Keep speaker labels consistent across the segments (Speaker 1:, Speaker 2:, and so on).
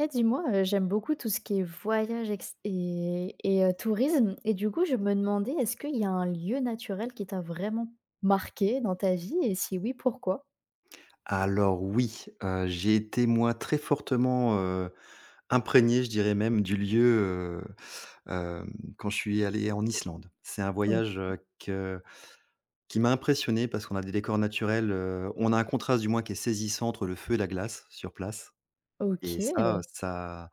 Speaker 1: Eh dis-moi, j'aime beaucoup tout ce qui est voyage ex et tourisme et du coup, je me demandais, est-ce qu'il y a un lieu naturel qui t'a vraiment marqué dans ta vie et si oui, pourquoi?
Speaker 2: Alors oui, j'ai été moi très fortement, imprégné, je dirais même du lieu, heu, hem, quand je suis allé en Islande. C'est un
Speaker 1: O
Speaker 2: voyage, que qui m'a impressionné parce qu'on a des décors naturels, on a un contraste du moins qui est saisissant entre le feu et la glace sur place et ça,
Speaker 1: OK.
Speaker 2: ça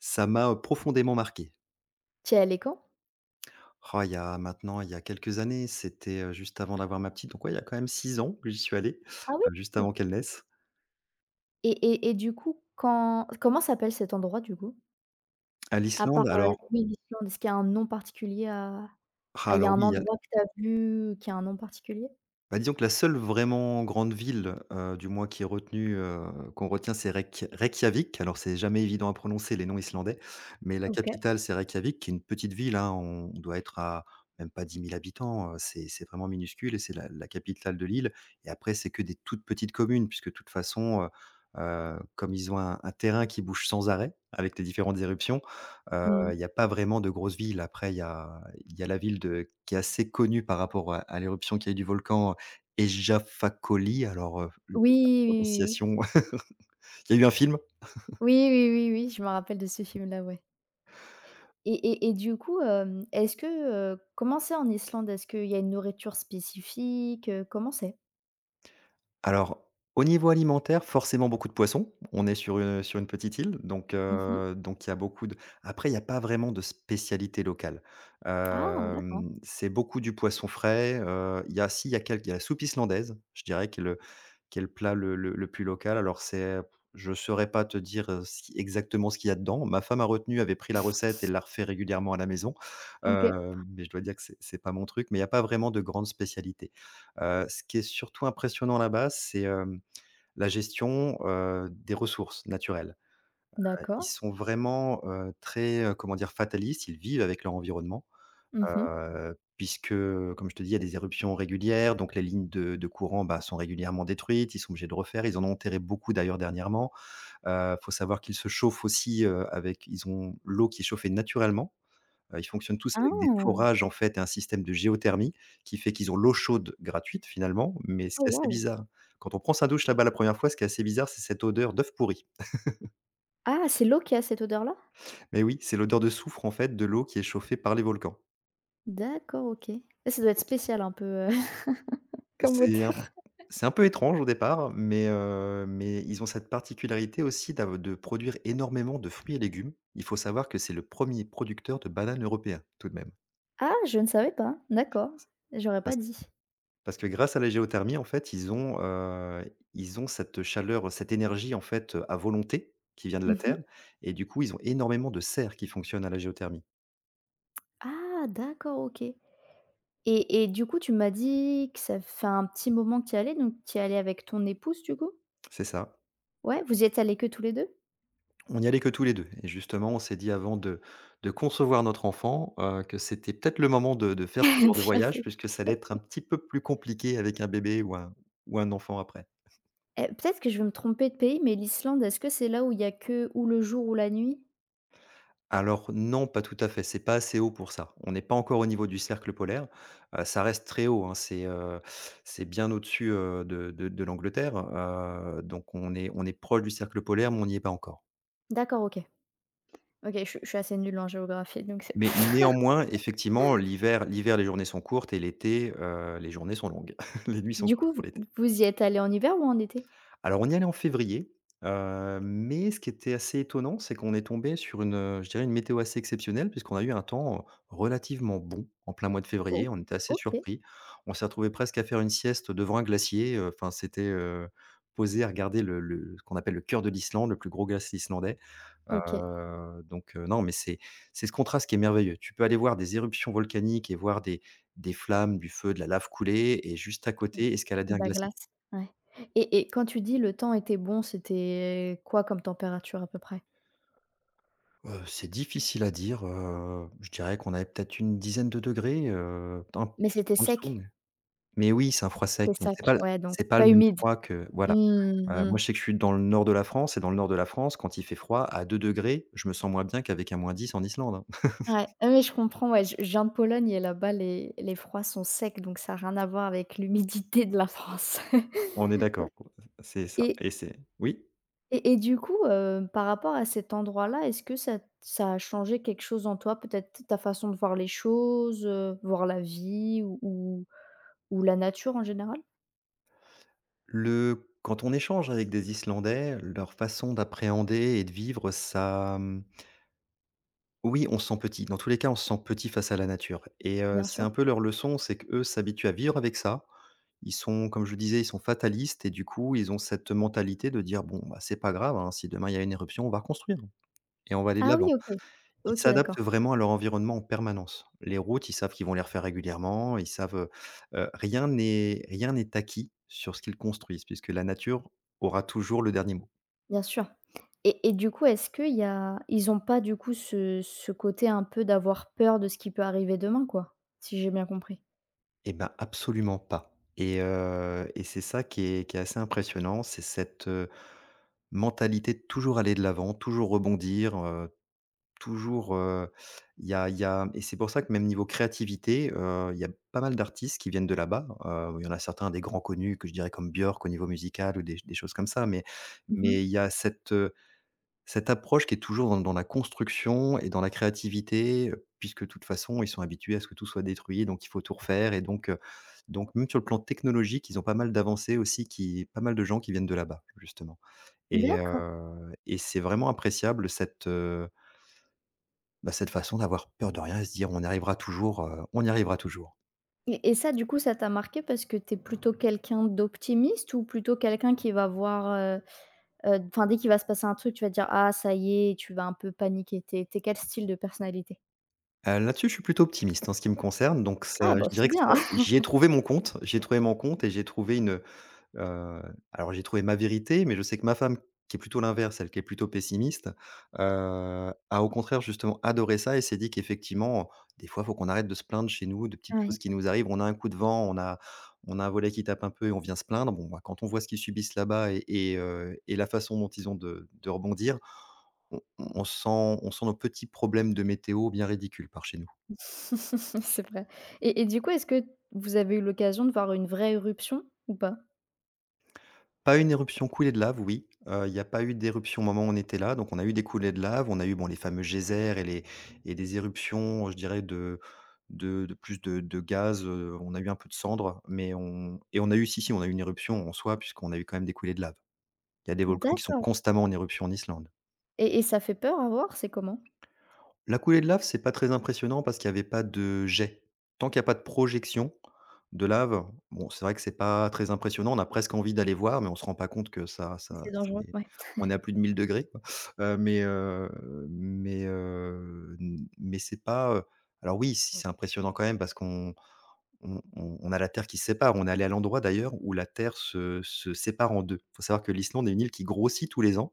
Speaker 2: ça m'a profondément marqué.
Speaker 1: Tu es allé quand?
Speaker 2: Oh, il y a maintenant, il y a quelques années, c'était, juste avant d'avoir ma petite, donc ouais, il y a quand même 6 ans que j'y suis allé,
Speaker 1: Ah oui,
Speaker 2: juste avant
Speaker 1: d'accord,
Speaker 2: qu'elle naisse.
Speaker 1: et du coup, quand comment s'appelle cet endroit du coup?
Speaker 2: À
Speaker 1: À part,
Speaker 2: l'Islande alors.
Speaker 1: oui, l'Islande, est-ce qu'il y a un nom particulier à
Speaker 2: Ah
Speaker 1: il y a
Speaker 2: alors
Speaker 1: un
Speaker 2: oui, il y a...
Speaker 1: endroit que tu as vu qui a un nom particulier?
Speaker 2: Bah, disons que la seule vraiment grande ville, du moins qui est retenue, qu'on retient, c'est Reykjavik. Alors c'est jamais évident à prononcer, les noms islandais, mais la
Speaker 1: OK.
Speaker 2: capitale, c'est Reykjavik, qui est une petite ville, hein. On doit être à même pas 10 000 habitants, c'est vraiment minuscule et c'est la capitale de l'île et après c'est que des toutes petites communes puisque de toute façon, comme ils ont un terrain qui bouge sans arrêt avec les différentes éruptions, heu,
Speaker 1: Mmh.
Speaker 2: il y a pas vraiment de grosses villes. Après il y a la ville de qui est assez connue par rapport à l'éruption qui a eu du volcan Ejafakoli, alors, le
Speaker 1: Oui,
Speaker 2: la
Speaker 1: oui, oui, oui.
Speaker 2: prononciation il y a eu un film.
Speaker 1: Oui, oui, oui, oui, je me rappelle de ce film-là, ouais. Et du coup, est-ce que, comment c'est en Islande? Est-ce qu'il y a une nourriture spécifique, comment c'est?
Speaker 2: Alors, au niveau alimentaire, forcément beaucoup de poissons. On est sur une petite île,
Speaker 1: Mmh.
Speaker 2: donc il y a beaucoup de... après, il y a pas vraiment de spécialité locale.
Speaker 1: Ah d'accord.
Speaker 2: C'est beaucoup du poisson frais, il y a si, il y a quelques il y a la soupe islandaise, je dirais que le... Quel plat, le plus local? Alors, c'est je saurais pas te dire, ce qui exactement ce qu'il y a dedans. Ma femme a retenu, avait pris la recette et l'a refait régulièrement à la maison,
Speaker 1: OK.
Speaker 2: mais je dois dire que c'est pas mon truc, mais il y a pas vraiment de grande spécialité. Ce qui est surtout impressionnant là-bas, c'est, la gestion, des ressources naturelles. Ils
Speaker 1: D'accord.
Speaker 2: sont vraiment, très, comment dire? Fatalistes, ils vivent avec leur environnement.
Speaker 1: Mmh.
Speaker 2: Puisque, comme je te dis, il y a des éruptions régulières, donc les lignes de courant, bah, sont régulièrement détruites. Ils sont obligés de refaire. Ils en ont enterré beaucoup d'ailleurs dernièrement. Il faut savoir qu'ils se chauffent aussi, avec ils ont l'eau qui est chauffée naturellement. Ils fonctionnent tous avec des
Speaker 1: Ah!
Speaker 2: forages en fait et un système de géothermie qui fait qu'ils ont l'eau chaude gratuite finalement. Mais ce
Speaker 1: Oh
Speaker 2: qui est assez
Speaker 1: wow.
Speaker 2: bizarre, quand on prend sa douche là-bas la première fois, ce qui est assez bizarre, c'est cette odeur d'œuf pourri.
Speaker 1: Ah, c'est l'eau qui a cette odeur-là?
Speaker 2: Mais oui, c'est l'odeur de soufre en fait, de l'eau qui est chauffée par les volcans.
Speaker 1: D'accord, OK. Ah, ça doit être
Speaker 2: Donc
Speaker 1: spécial un peu, Comme
Speaker 2: c'est
Speaker 1: odeur.
Speaker 2: C'est un peu étrange au départ, mais ils ont cette particularité aussi d'av de produire énormément de fruits et légumes. Il faut savoir que c'est le premier producteur de bananes européen, tout de même.
Speaker 1: Ah, je ne savais pas, d'accord, j'aurais pas
Speaker 2: Parce
Speaker 1: dit.
Speaker 2: parce que grâce à la géothermie, en fait, ils ont cette chaleur, cette énergie, en fait, à volonté, qui vient de la
Speaker 1: Mmh.
Speaker 2: terre et du coup, ils ont énormément de serres qui fonctionnent à la géothermie.
Speaker 1: Ah d'accord, OK. Et du coup, tu m'as dit que ça fait un petit moment que tu y allais, donc tu y allais avec ton épouse, du coup?
Speaker 2: C'est ça.
Speaker 1: Ouais, vous y êtes allés que tous les deux.
Speaker 2: On n'y allait que tous les 2. Et justement, on s'est dit, avant de concevoir notre enfant, que c'était peut-être le moment de faire ce genre de
Speaker 1: Tout à fait.
Speaker 2: voyage, puisque ça allait être un petit peu plus compliqué avec un bébé ou un enfant après.
Speaker 1: Eh, peut-être que je vais me tromper de pays, mais l'Islande, est-ce que c'est là où il y a que ou le jour ou la nuit?
Speaker 2: Alors non, pas tout à fait, c'est pas assez haut pour ça. On n'est pas encore au niveau du cercle polaire, ça reste très haut, hein, c'est bien au-dessus, de l'Angleterre, donc on est proche du cercle polaire, mais on n'y est pas encore.
Speaker 1: D'accord, OK. OK, je suis assez nulle en géographie, donc c'est
Speaker 2: Mais néanmoins, effectivement, l'hiver, les journées sont courtes et l'été, les journées sont longues. Les nuits sont
Speaker 1: Du
Speaker 2: courtes
Speaker 1: coup,
Speaker 2: pour l'été.
Speaker 1: vous y êtes allés en hiver ou en été?
Speaker 2: Alors on y allait en février, mais ce qui était assez étonnant, c'est qu'on est tombé sur une, je dirais une météo assez exceptionnelle, puisqu'on a eu un temps, relativement bon en plein mois de
Speaker 1: Oh.
Speaker 2: février. On était assez
Speaker 1: OK,
Speaker 2: surpris. On s'est retrouvé presque à faire une sieste devant un glacier, enfin c'était, posé à regarder le ce qu'on appelle le cœur de l'Islande, le plus gros glacier islandais.
Speaker 1: OK.
Speaker 2: Donc non mais c'est ce contraste qui est merveilleux. Tu peux aller voir des éruptions volcaniques et voir des flammes, du feu, de la lave couler, et juste à côté, escalader
Speaker 1: De
Speaker 2: un
Speaker 1: la
Speaker 2: glacier.
Speaker 1: glace, ouais. Et quand tu dis: «Le temps était bon», c'était quoi comme température à peu près?
Speaker 2: C'est difficile à dire, je dirais qu'on avait peut-être une dizaine de degrés, un
Speaker 1: Mais
Speaker 2: petit peu
Speaker 1: c'était
Speaker 2: en dessous,
Speaker 1: sec?
Speaker 2: mais oui, c'est un froid sec,
Speaker 1: C'est
Speaker 2: donc
Speaker 1: sec, ouais, donc
Speaker 2: c'est
Speaker 1: c'est
Speaker 2: pas le
Speaker 1: pas
Speaker 2: même
Speaker 1: humide.
Speaker 2: froid que voilà.
Speaker 1: Mmh
Speaker 2: Moi,
Speaker 1: mh.
Speaker 2: je sais que je suis dans le nord de la France, et dans le nord de la France, quand il fait froid à 2 degrés, je me sens moins bien qu'avec un -10 en Islande, hein.
Speaker 1: Ouais, ah oui, je comprends, ouais, je viens de Pologne et là-bas, les froids sont secs, donc ça a rien à voir avec l'humidité de la France.
Speaker 2: On est d'accord, quoi. C'est ça,
Speaker 1: Et
Speaker 2: et c'est oui?
Speaker 1: et du coup, par rapport à cet endroit-là, est-ce que ça a changé quelque chose en toi? Peut-être ta façon de voir les choses, voir la vie ou ou la nature en général?
Speaker 2: Le quand on échange avec des Islandais, leur façon d'appréhender et de vivre ça, mmh... Oui, on se sent petit. Dans tous les cas, on se sent petit face à la nature, et
Speaker 1: Bien
Speaker 2: c'est
Speaker 1: sûr.
Speaker 2: un peu leur leçon, c'est qu'eux s'habituent à vivre avec ça. Ils sont, comme je le disais, ils sont fatalistes, et du coup, ils ont cette mentalité de dire: «Bon, bah, c'est pas grave, hein, si demain il y a une éruption, on va reconstruire et on va aller de
Speaker 1: Ah
Speaker 2: l'avant».
Speaker 1: oui, OK.
Speaker 2: Ils
Speaker 1: OK,
Speaker 2: s'adaptent
Speaker 1: d'accord,
Speaker 2: vraiment à leur environnement en permanence. Les routes, ils savent qu'ils vont les refaire régulièrement, ils savent, rien n'est acquis sur ce qu'ils construisent, puisque la nature aura toujours le dernier mot.
Speaker 1: bien sûr. Et du coup, est-ce qu'il y a ils ont pas du coup ce côté un peu d'avoir peur de ce qui peut arriver demain, quoi? Si j'ai bien compris.
Speaker 2: Eh ben, absolument pas, et c'est ça qui est assez impressionnant, c'est cette, mentalité de toujours aller de l'avant, toujours rebondir, toujours, il y a et c'est pour ça que même niveau créativité, il y a pas mal d'artistes qui viennent de là-bas, il y en a certains des grands connus, que je dirais, comme Björk au niveau musical, ou des choses comme ça, mais
Speaker 1: Mmh mh.
Speaker 2: il y a cette, cette approche qui est toujours dans la construction et dans la créativité, puisque de toute façon, ils sont habitués à ce que tout soit détruit, donc il faut tout refaire, et donc même sur le plan technologique, ils ont pas mal d'avancées aussi, qui pas mal de gens qui viennent de là-bas, justement, et heu
Speaker 1: D'accord,
Speaker 2: et c'est vraiment appréciable cette, bah, cette façon d'avoir peur de rien et se dire: «On y arrivera toujours, on y arrivera toujours».
Speaker 1: et ça, du coup, ça t'a marqué parce que tu es plutôt quelqu'un d'optimiste ou plutôt quelqu'un qui va voir, enfin, dès qu'il va se passer un truc, tu vas dire: «Ah ça y est» et tu vas un peu paniquer? Tu es quel style de personnalité?
Speaker 2: Là-dessus, je suis plutôt optimiste en ce qui me concerne, donc
Speaker 1: Ah
Speaker 2: ça, je
Speaker 1: bah, c'est
Speaker 2: dirais que
Speaker 1: bien!
Speaker 2: ça, j'y ai trouvé mon compte, j'ai trouvé mon compte, et j'ai trouvé une... Heu, alors j'ai trouvé ma vérité, mais je sais que ma femme, qui est plutôt l'inverse, elle qui est plutôt pessimiste, heu, a au contraire justement adoré ça, et s'est dit qu'effectivement, des fois, il faut qu'on arrête de se plaindre chez nous, de petites
Speaker 1: Ouais.
Speaker 2: choses qui nous arrivent. On a un coup de vent, on a un volet qui tape un peu et on vient se plaindre. Bon, bah, quand on voit ce qu'ils subissent là-bas, et la façon dont ils ont de rebondir, on sent nos petits problèmes de météo bien ridicules par chez nous.
Speaker 1: C'est vrai, et du coup, est-ce que vous avez eu l'occasion de voir une vraie éruption ou pas?
Speaker 2: Pas une éruption coulée de lave, oui, il n'y a pas eu d'éruption au moment où on était là, donc on a eu des coulées de lave, on a eu, bon, les fameux geysers et les et des éruptions, je dirais, de plus de gaz, on a eu un peu de cendres, mais on et on a eu, si, si, on a eu une éruption en soi, puisqu'on a eu quand même des coulées de lave. Il y a des volcans qui sont
Speaker 1: D'accord,
Speaker 2: constamment en éruption en Islande.
Speaker 1: et ça fait peur à voir? C'est comment?
Speaker 2: La coulée de lave, c'est pas très impressionnant parce qu'il y avait pas de jet. Tant qu'il y a pas de projection de lave, bon, c'est vrai que c'est pas très impressionnant. On a presque envie d'aller voir, mais on se rend pas compte que ça ça
Speaker 1: C'est dangereux?
Speaker 2: c'est
Speaker 1: Ouais.
Speaker 2: on est à plus de 1 000 degrés, quoi. Heu, mais, heu, mais c'est pas, alors oui, si c'est impressionnant quand même parce qu'on on a la terre qui se sépare. On est allé à l'endroit d'ailleurs où la terre se sépare en deux. Il faut savoir que l'Islande est une île qui grossit tous les ans.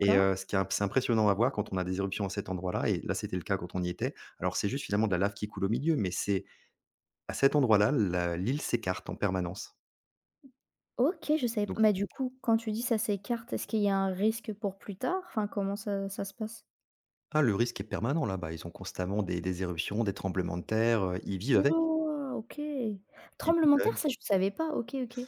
Speaker 2: Ce qui est imp c'est impressionnant à voir quand on a des éruptions à cet endroit-là, et là c'était le cas quand on y était. Alors c'est juste finalement de la lave qui coule au milieu, mais c'est à cet endroit-là, la l'île s'écarte en permanence.
Speaker 1: OK, je savais
Speaker 2: Donc
Speaker 1: pas. Mais du coup, quand tu dis ça s'écarte, est-ce qu'il y a un risque pour plus tard? Enfin, comment ça ça se passe?
Speaker 2: le risque est permanent là-bas. Ils ont constamment des éruptions, des tremblements de terre, ils vivent avec,
Speaker 1: Ouah! OK.
Speaker 2: ils
Speaker 1: Tremblement
Speaker 2: vivent
Speaker 1: de terre, ça
Speaker 2: avec.
Speaker 1: je ne savais pas. OK, OK.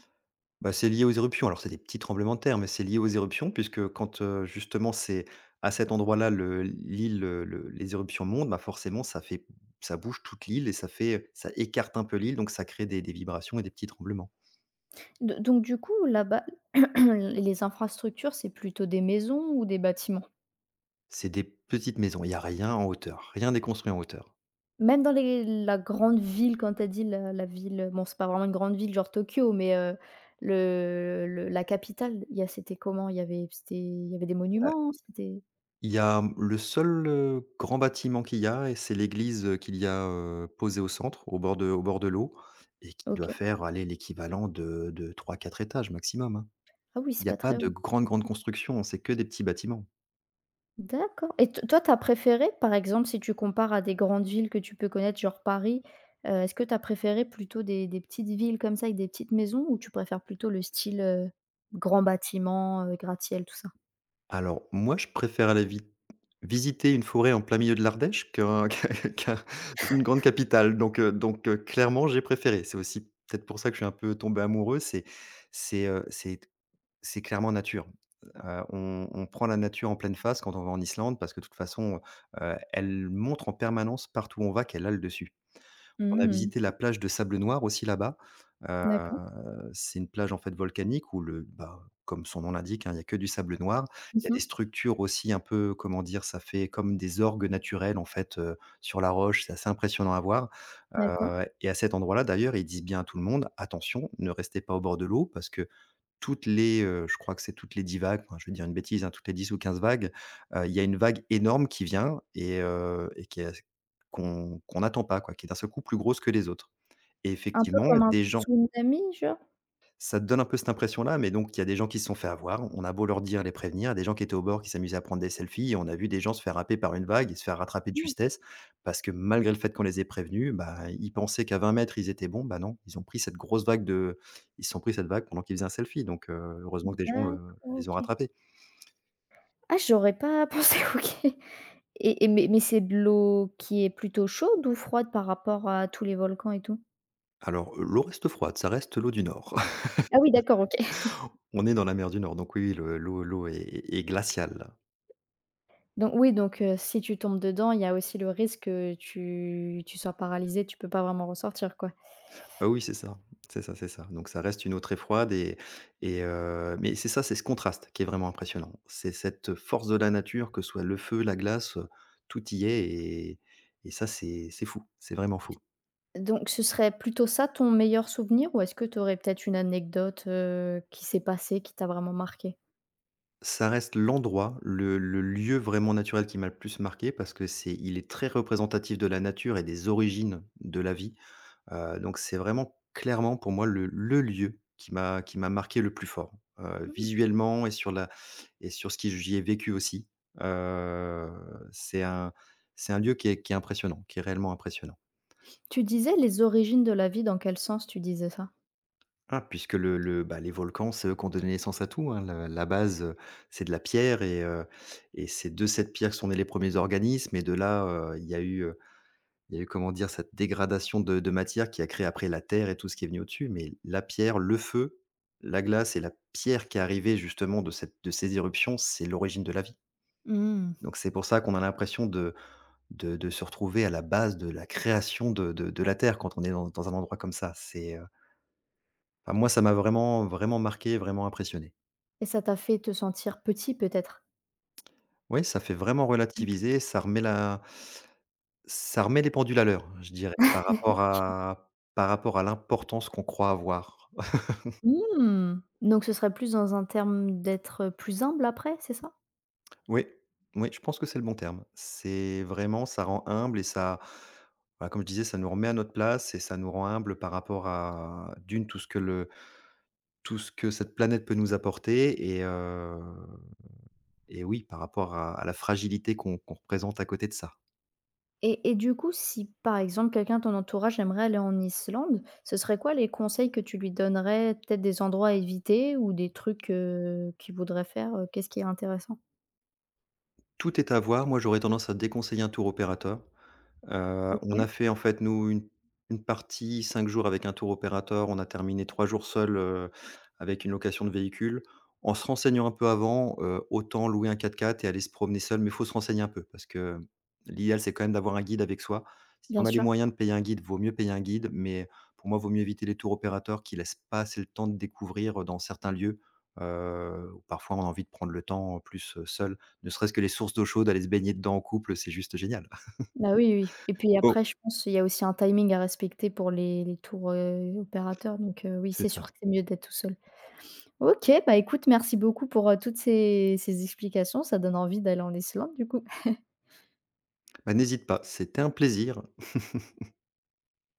Speaker 2: Bah, c'est lié aux éruptions. Alors c'est des petits tremblements de terre, mais c'est lié aux éruptions puisque quand, justement c'est à cet endroit-là, le l'île, le les éruptions montent, bah forcément, ça bouge toute l'île et ça écarte un peu l'île, donc ça crée des vibrations et des petits tremblements.
Speaker 1: Do Donc du coup, là-bas, les infrastructures, c'est plutôt des maisons ou des bâtiments?
Speaker 2: C'est des petites maisons, il y a rien en hauteur, rien n'est construit en hauteur.
Speaker 1: Même dans les la grande ville, quand tu as dit la ville, bon, c'est pas vraiment une grande ville, genre Tokyo, mais le la capitale, il y a, c'était comment? Il y avait, c'était, il y avait des
Speaker 2: Ouais.
Speaker 1: monuments? C'était
Speaker 2: Il y a, mmh, le seul, grand bâtiment qu'il y a, et c'est l'église, qu'il y a, posée au centre, au bord de l'eau, et qui doit
Speaker 1: OK.
Speaker 2: faire, aller, l'équivalent de 3-4 étages maximum, hein.
Speaker 1: Ah oui,
Speaker 2: Il
Speaker 1: c'est
Speaker 2: n'y a
Speaker 1: pas
Speaker 2: pas
Speaker 1: très
Speaker 2: de
Speaker 1: haut.
Speaker 2: grande, grande construction, c'est que des petits bâtiments.
Speaker 1: D'accord, et t toi, tu as préféré, par exemple, si tu compares à des grandes villes que tu peux connaître, genre Paris, est-ce que tu as préféré plutôt des petites villes comme ça avec des petites maisons ou tu préfères plutôt le style, grand bâtiment, gratte-ciel, tout ça?
Speaker 2: Alors moi, je préfère aller vit visiter une forêt en plein milieu de l'Ardèche qu'un qu'une grande capitale, donc clairement, j'ai préféré. C'est aussi peut-être pour ça que je suis un peu tombé amoureux, c'est, heu, c'est c'est clairement nature. On prend la nature en pleine face quand on va en Islande parce que, de toute façon, elle montre en permanence partout où on va qu'elle a le dessus. On a
Speaker 1: Mmh,
Speaker 2: visité la plage de sable noir aussi là-bas. Heu,
Speaker 1: d'accord.
Speaker 2: c'est une plage en fait volcanique où le bah, comme son nom l'indique, hein, il y a que du sable noir. Il y a
Speaker 1: Mmh.
Speaker 2: des structures aussi un peu, comment dire? Ça fait comme des orgues naturels en fait, sur la roche, c'est assez impressionnant à voir.
Speaker 1: D'accord.
Speaker 2: Et à cet endroit-là d'ailleurs, ils disent bien à tout le monde: «Attention, ne restez pas au bord de l'eau» parce que toutes les, je crois que c'est toutes les 10 vagues, enfin, je vais dire une bêtise, hein, toutes les 10 ou 15 vagues, il y a une vague énorme qui vient et qui est qu'on n'attend pas quoi, qui est d'un seul coup plus grosse que les autres, et
Speaker 1: Un peu
Speaker 2: effectivement,
Speaker 1: comme un
Speaker 2: des gens,
Speaker 1: tsunami, genre?
Speaker 2: ça te donne un peu cette impression-là, mais donc il y a des gens qui se sont fait avoir. On a beau leur dire, les prévenir, des gens qui étaient au bord, qui s'amusaient à prendre des selfies, et on a vu des gens se faire happer par une vague et se faire rattraper de
Speaker 1: Mm.
Speaker 2: justesse parce que, malgré le fait qu'on les ait prévenus, bah, ils pensaient qu'à 20 mètres ils étaient bons. Bah non, ils ont pris cette grosse vague de, ils se sont pris cette vague pendant qu'ils faisaient un selfie, donc heureusement que des gens le
Speaker 1: D'accord,
Speaker 2: les ont
Speaker 1: OK.
Speaker 2: rattrapés.
Speaker 1: Ah, j'aurais pas pensé, OK, et mais c'est de l'eau qui est plutôt chaude ou froide par rapport à tous les volcans et tout?
Speaker 2: Alors, l'eau reste froide, ça reste l'eau du Nord.
Speaker 1: Ah oui, d'accord, OK.
Speaker 2: On est dans la mer du Nord, donc oui, le l'eau est est glaciale.
Speaker 1: Donc oui, donc si tu tombes dedans, il y a aussi le risque que tu sois paralysé, tu peux pas vraiment ressortir, quoi.
Speaker 2: Ah oui, c'est ça. Donc ça reste une eau très froide, mais c'est ça, c'est ce contraste qui est vraiment impressionnant. C'est cette force de la nature, que ce soit le feu, la glace, tout y est, et ça, c'est fou, c'est vraiment fou.
Speaker 1: Donc ce serait plutôt ça ton meilleur souvenir ou est-ce que tu aurais peut-être une anecdote, qui s'est passée, qui t'a vraiment marqué?
Speaker 2: Ça reste l'endroit, le lieu vraiment naturel qui m'a le plus marqué parce que c'est il est très représentatif de la nature et des origines de la vie. Donc c'est vraiment clairement pour moi le lieu qui m'a marqué le plus fort, visuellement et sur ce que j'y ai vécu aussi. Heu, c'est un c'est un lieu qui est impressionnant, qui est réellement impressionnant.
Speaker 1: Tu disais les origines de la vie, dans quel sens tu disais ça?
Speaker 2: Ah, puisque bah, les volcans, c'est eux qui ont donné naissance à tout, hein. Le La base, c'est de la pierre, et c'est de cette pierre que sont nés les premiers organismes, et de là, heu, il y a eu, il y a eu, comment dire, cette dégradation de matière qui a créé après la terre et tout ce qui est venu au-dessus, mais la pierre, le feu, la glace, et la pierre qui est arrivée justement de cette de ces éruptions, c'est l'origine de la vie.
Speaker 1: Mmh.
Speaker 2: Donc c'est pour ça qu'on a l'impression de se retrouver à la base de la création de la terre quand on est dans un endroit comme ça. C'est, enfin, moi, ça m'a vraiment, vraiment marqué, vraiment impressionné.
Speaker 1: Et ça t'a fait te sentir petit peut-être?
Speaker 2: Oui, ça fait vraiment relativiser, ça remet les pendules à l'heure, je dirais, par rapport à l'importance qu'on croit avoir.
Speaker 1: Mmh. Donc ce serait plus dans un terme d'être, plus humble après, c'est ça?
Speaker 2: Oui, oui, je pense que c'est le bon terme. C'est vraiment, ça rend humble, et ça, voilà, comme je disais, ça nous remet à notre place et ça nous rend humble par rapport à d'une tout ce que le tout ce que cette planète peut nous apporter, et oui, par rapport à la fragilité qu'on représente à côté de ça.
Speaker 1: Et du coup, si par exemple quelqu'un de ton entourage aimerait aller en Islande, ce serait quoi les conseils que tu lui donnerais? Peut-être des endroits à éviter ou des trucs, qu'il voudrait faire, qu'est-ce qui est intéressant?
Speaker 2: Tout est à voir. Moi, j'aurais tendance à déconseiller un tour opérateur. On
Speaker 1: OK,
Speaker 2: a fait en fait nous une partie 5 jours avec un tour opérateur, on a terminé 3 jours seuls, avec une location de véhicule. En se renseignant un peu avant, autant louer un quatre-quatre et aller se promener seul, mais il faut se renseigner un peu parce que l'idéal, c'est quand même d'avoir un guide avec soi. Si
Speaker 1: bien
Speaker 2: on a les
Speaker 1: sûr.
Speaker 2: moyens de payer un guide, vaut mieux payer un guide, mais pour moi, vaut mieux éviter les tours opérateurs qui laissent pas assez le temps de découvrir, dans certains lieux, où parfois on a envie de prendre le temps, plus, seul. Ne serait-ce que les sources d'eau chaude, aller se baigner dedans en couple, c'est juste génial.
Speaker 1: Bah, oui, oui oui. Et puis
Speaker 2: Oh!
Speaker 1: après je pense il y a aussi un timing à respecter pour les tours, opérateurs, donc oui, c'est
Speaker 2: C'est ça.
Speaker 1: sûr que c'est mieux d'être tout seul. OK, bah, écoute, merci beaucoup pour, toutes ces explications, ça donne envie d'aller en Islande du coup.
Speaker 2: Bah, n'hésite pas, c'était un plaisir.